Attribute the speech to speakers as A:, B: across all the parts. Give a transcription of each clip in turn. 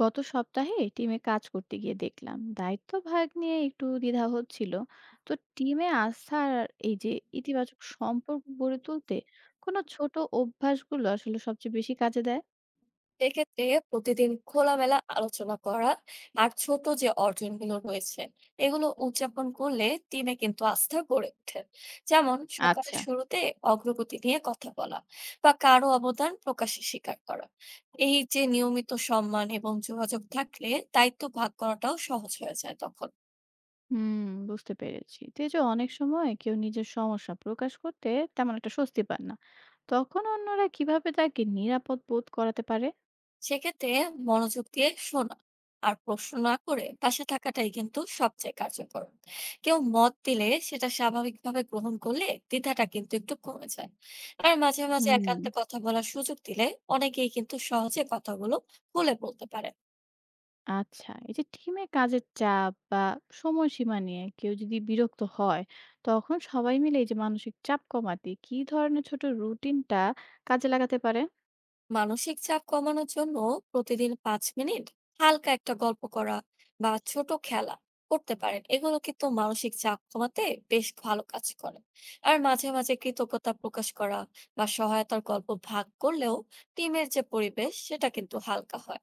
A: গত সপ্তাহে টিমে কাজ করতে গিয়ে দেখলাম দায়িত্ব ভাগ নিয়ে একটু দ্বিধা হচ্ছিল। তো টিমে আস্থা আর এই যে ইতিবাচক সম্পর্ক গড়ে তুলতে কোনো ছোট অভ্যাসগুলো আসলে সবচেয়ে বেশি কাজে দেয়?
B: এক্ষেত্রে প্রতিদিন খোলামেলা আলোচনা করা, আর ছোট যে অর্জনগুলো রয়েছে, এগুলো উদযাপন করলে টিমে কিন্তু আস্থা গড়ে ওঠে। যেমন সকালের
A: আচ্ছা।
B: শুরুতে অগ্রগতি নিয়ে কথা বলা বা কারো অবদান প্রকাশ্যে স্বীকার করা, এই যে নিয়মিত সম্মান এবং যোগাযোগ থাকলে দায়িত্ব ভাগ করাটাও সহজ হয়ে যায় তখন।
A: হুম, বুঝতে পেরেছি। তো এই যে অনেক সময় কেউ নিজের সমস্যা প্রকাশ করতে তেমন একটা স্বস্তি পান না, তখন অন্যরা কিভাবে তাকে নিরাপদ বোধ করাতে পারে?
B: সেক্ষেত্রে মনোযোগ দিয়ে শোনা আর প্রশ্ন না করে পাশে থাকাটাই কিন্তু সবচেয়ে কার্যকর। কেউ মত দিলে সেটা স্বাভাবিকভাবে গ্রহণ করলে দ্বিধাটা কিন্তু একটু কমে যায়। আর মাঝে মাঝে
A: হুম।
B: একান্তে কথা বলার সুযোগ দিলে অনেকেই কিন্তু সহজে কথাগুলো খুলে বলতে পারে।
A: আচ্ছা, এই যে টিমে কাজের চাপ বা সময়সীমা নিয়ে কেউ যদি বিরক্ত হয়, তখন সবাই মিলে এই যে মানসিক চাপ কমাতে কি ধরনের ছোট রুটিনটা কাজে লাগাতে পারে?
B: মানসিক চাপ কমানোর জন্য প্রতিদিন ৫ মিনিট হালকা একটা গল্প করা বা ছোট খেলা করতে পারেন। এগুলো কিন্তু মানসিক চাপ কমাতে বেশ ভালো কাজ করে। আর মাঝে মাঝে কৃতজ্ঞতা প্রকাশ করা বা সহায়তার গল্প ভাগ করলেও টিমের যে পরিবেশ সেটা কিন্তু হালকা হয়।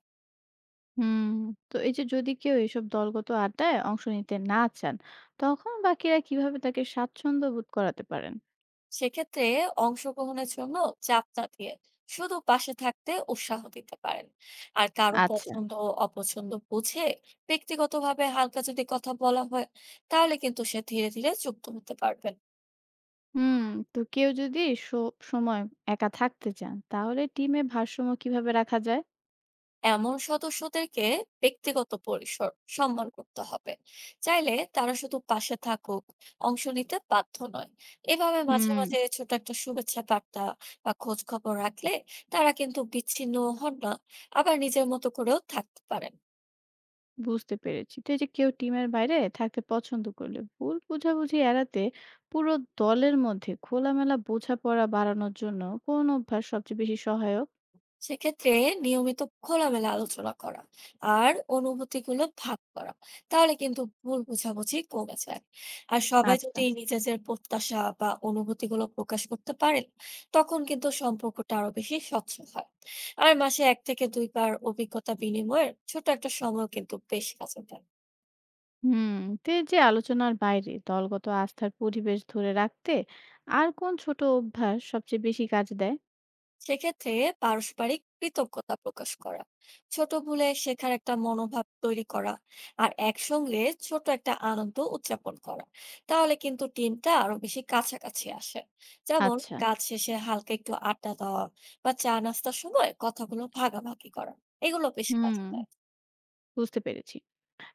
A: হুম। তো এই যে যদি কেউ এসব দলগত আড্ডায় অংশ নিতে না চান, তখন বাকিরা কিভাবে তাকে স্বাচ্ছন্দ্য বোধ করাতে পারেন?
B: সেক্ষেত্রে অংশগ্রহণের জন্য চাপ না দিয়ে শুধু পাশে থাকতে উৎসাহ দিতে পারেন। আর কারো
A: আচ্ছা।
B: পছন্দ ও অপছন্দ বুঝে ব্যক্তিগতভাবে হালকা যদি কথা বলা হয়, তাহলে কিন্তু সে ধীরে ধীরে যুক্ত হতে পারবেন।
A: হুম, তো কেউ যদি সব সময় একা থাকতে চান, তাহলে টিমে ভারসাম্য কিভাবে রাখা যায়?
B: এমন সদস্যদেরকে ব্যক্তিগত পরিসর সম্মান করতে হবে। চাইলে তারা শুধু পাশে থাকুক, অংশ নিতে বাধ্য নয়। এভাবে মাঝে
A: হুম,
B: মাঝে ছোট একটা শুভেচ্ছা বার্তা বা খোঁজ খবর রাখলে তারা কিন্তু বিচ্ছিন্ন হন না, আবার নিজের মতো করেও থাকতে পারেন।
A: বুঝতে পেরেছি। তো এই যে কেউ টিমের বাইরে থাকতে পছন্দ করলে ভুল বোঝাবুঝি এড়াতে পুরো দলের মধ্যে খোলামেলা বোঝাপড়া বাড়ানোর জন্য কোন অভ্যাস সবচেয়ে বেশি সহায়ক?
B: সেক্ষেত্রে নিয়মিত খোলামেলা আলোচনা করা আর অনুভূতিগুলো ভাগ করা, তাহলে কিন্তু ভুল বোঝাবুঝি কমে যায়। আর সবাই
A: আচ্ছা।
B: যদি নিজেদের প্রত্যাশা বা অনুভূতিগুলো প্রকাশ করতে পারেন, তখন কিন্তু সম্পর্কটা আরো বেশি স্বচ্ছ হয়। আর মাসে ১ থেকে ২ বার অভিজ্ঞতা বিনিময়ের ছোট একটা সময় কিন্তু বেশ কাজে দেয়।
A: হুম। তো এই যে আলোচনার বাইরে দলগত আস্থার পরিবেশ ধরে রাখতে আর কোন ছোট অভ্যাস সবচেয়ে বেশি কাজ দেয়?
B: সেক্ষেত্রে পারস্পরিক কৃতজ্ঞতা প্রকাশ করা, ছোট ভুলে শেখার একটা মনোভাব তৈরি করা, আর একসঙ্গে ছোট একটা আনন্দ উদযাপন করা, তাহলে কিন্তু টিমটা আরো বেশি কাছাকাছি আসে। যেমন
A: আচ্ছা।
B: কাজ শেষে হালকা একটু আড্ডা দেওয়া বা চা নাস্তার সময় কথাগুলো ভাগাভাগি করা, এগুলো বেশ কাজে
A: হুম,
B: দেয়।
A: বুঝতে পেরেছি।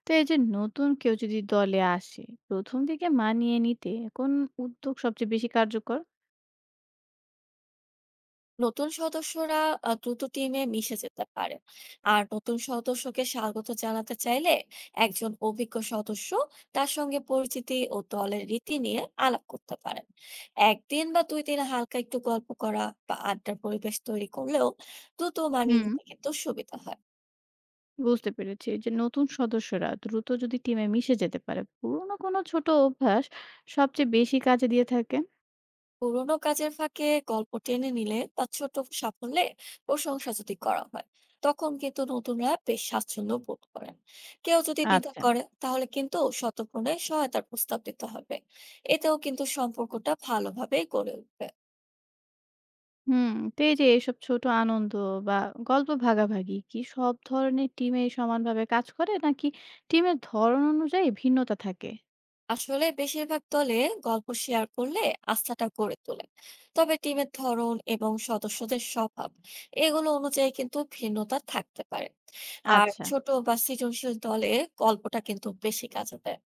A: তো এই যে নতুন কেউ যদি দলে আসে, প্রথম দিকে মানিয়ে নিতে কোন উদ্যোগ সবচেয়ে বেশি কার্যকর?
B: নতুন সদস্যরা দ্রুত টিমে মিশে যেতে পারে। আর নতুন সদস্যকে স্বাগত জানাতে চাইলে একজন অভিজ্ঞ সদস্য তার সঙ্গে পরিচিতি ও দলের রীতি নিয়ে আলাপ করতে পারেন। একদিন বা ২ দিন হালকা একটু গল্প করা বা আড্ডার পরিবেশ তৈরি করলেও দ্রুত মানিয়ে
A: হুম,
B: নিতে কিন্তু সুবিধা হয়।
A: বুঝতে পেরেছি। যে নতুন সদস্যরা দ্রুত যদি টিমে মিশে যেতে পারে পুরোনো কোনো ছোট অভ্যাস সবচেয়ে বেশি কাজে দিয়ে থাকে?
B: পুরোনো কাজের ফাঁকে গল্প টেনে নিলে বা ছোট সাফল্যে প্রশংসা যদি করা হয়, তখন কিন্তু নতুনরা বেশ স্বাচ্ছন্দ্য বোধ করেন। কেউ যদি দ্বিধা
A: আচ্ছা।
B: করে তাহলে কিন্তু শতগুণে সহায়তার প্রস্তাব দিতে হবে। এতেও কিন্তু সম্পর্কটা ভালোভাবে গড়ে উঠবে।
A: হুম, তো এই যে এইসব ছোট আনন্দ বা গল্প ভাগাভাগি কি সব ধরনের টিমে সমানভাবে কাজ করে, নাকি টিমের ধরন অনুযায়ী ভিন্নতা থাকে?
B: আসলে বেশিরভাগ দলে গল্প শেয়ার করলে আস্থাটা গড়ে তোলে। তবে টিমের ধরন এবং সদস্যদের স্বভাব, এগুলো অনুযায়ী কিন্তু ভিন্নতা থাকতে পারে। আর
A: আচ্ছা,
B: ছোট বা সৃজনশীল দলে গল্পটা কিন্তু বেশি কাজে দেয়।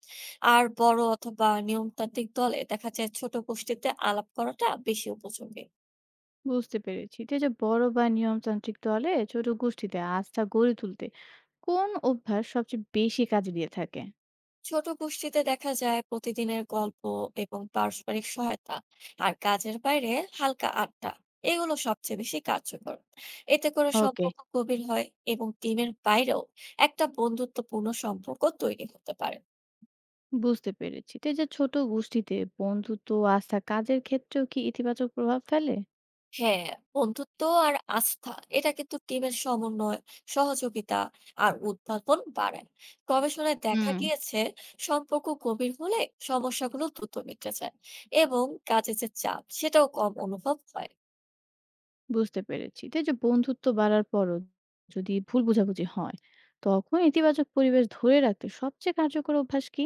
B: আর বড় অথবা নিয়মতান্ত্রিক দলে দেখা যায় ছোট গোষ্ঠীতে আলাপ করাটা বেশি উপযোগী।
A: বুঝতে পেরেছি। তো এই যে বড় বা নিয়মতান্ত্রিক দলে ছোট গোষ্ঠীতে আস্থা গড়ে তুলতে কোন অভ্যাস সবচেয়ে বেশি কাজে দিয়ে থাকে?
B: ছোট গোষ্ঠীতে দেখা যায় প্রতিদিনের গল্প এবং পারস্পরিক সহায়তা, আর কাজের বাইরে হালকা আড্ডা, এগুলো সবচেয়ে বেশি কার্যকর। এতে করে
A: ওকে,
B: সম্পর্ক গভীর হয় এবং টিমের বাইরেও একটা বন্ধুত্বপূর্ণ সম্পর্ক তৈরি হতে পারে।
A: বুঝতে পেরেছি। তো এই যে ছোট গোষ্ঠীতে বন্ধুত্ব, আস্থা, কাজের ক্ষেত্রেও কি ইতিবাচক প্রভাব ফেলে?
B: হ্যাঁ, বন্ধুত্ব আর আস্থা, এটা কিন্তু টিমের সমন্বয়, সহযোগিতা আর উদ্ভাবন বাড়ায়। গবেষণায় দেখা
A: হুম,
B: গিয়েছে সম্পর্ক গভীর হলে সমস্যাগুলো দ্রুত মিটে যায় এবং কাজে যে চাপ সেটাও কম অনুভব হয়।
A: বুঝতে পেরেছি। তো এই যে বন্ধুত্ব বাড়ার পরও যদি ভুল বোঝাবুঝি হয়, তখন ইতিবাচক পরিবেশ ধরে রাখতে সবচেয়ে কার্যকর অভ্যাস কি?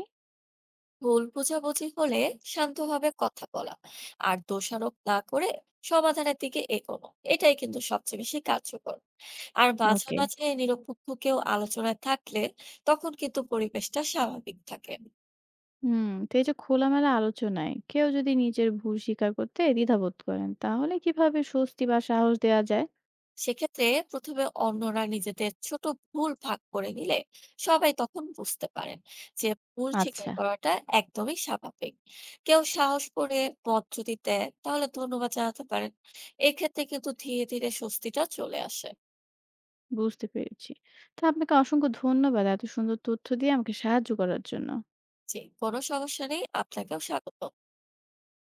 B: ভুল বোঝাবুঝি হলে শান্তভাবে কথা বলা আর দোষারোপ না করে সমাধানের দিকে এগোনো, এটাই কিন্তু সবচেয়ে বেশি কার্যকর। আর মাঝে
A: ওকে।
B: মাঝে নিরপেক্ষ কেউ আলোচনায় থাকলে তখন কিন্তু পরিবেশটা স্বাভাবিক থাকে।
A: হুম। তো এই যে খোলামেলা আলোচনায় কেউ যদি নিজের ভুল স্বীকার করতে দ্বিধাবোধ করেন, তাহলে কিভাবে স্বস্তি বা সাহস দেওয়া যায়?
B: সেক্ষেত্রে প্রথমে অন্যরা নিজেদের ছোট ভুল ভাগ করে নিলে সবাই তখন বুঝতে পারেন যে ভুল স্বীকার
A: আচ্ছা,
B: করাটা একদমই স্বাভাবিক। কেউ সাহস করে পথ যদি দেয় তাহলে ধন্যবাদ জানাতে পারেন। এক্ষেত্রে কিন্তু ধীরে ধীরে স্বস্তিটা চলে আসে।
A: বুঝতে পেরেছি। তো আপনাকে অসংখ্য ধন্যবাদ এত সুন্দর তথ্য দিয়ে আমাকে সাহায্য করার জন্য।
B: জি, কোনো সমস্যা নেই। আপনাকেও স্বাগত।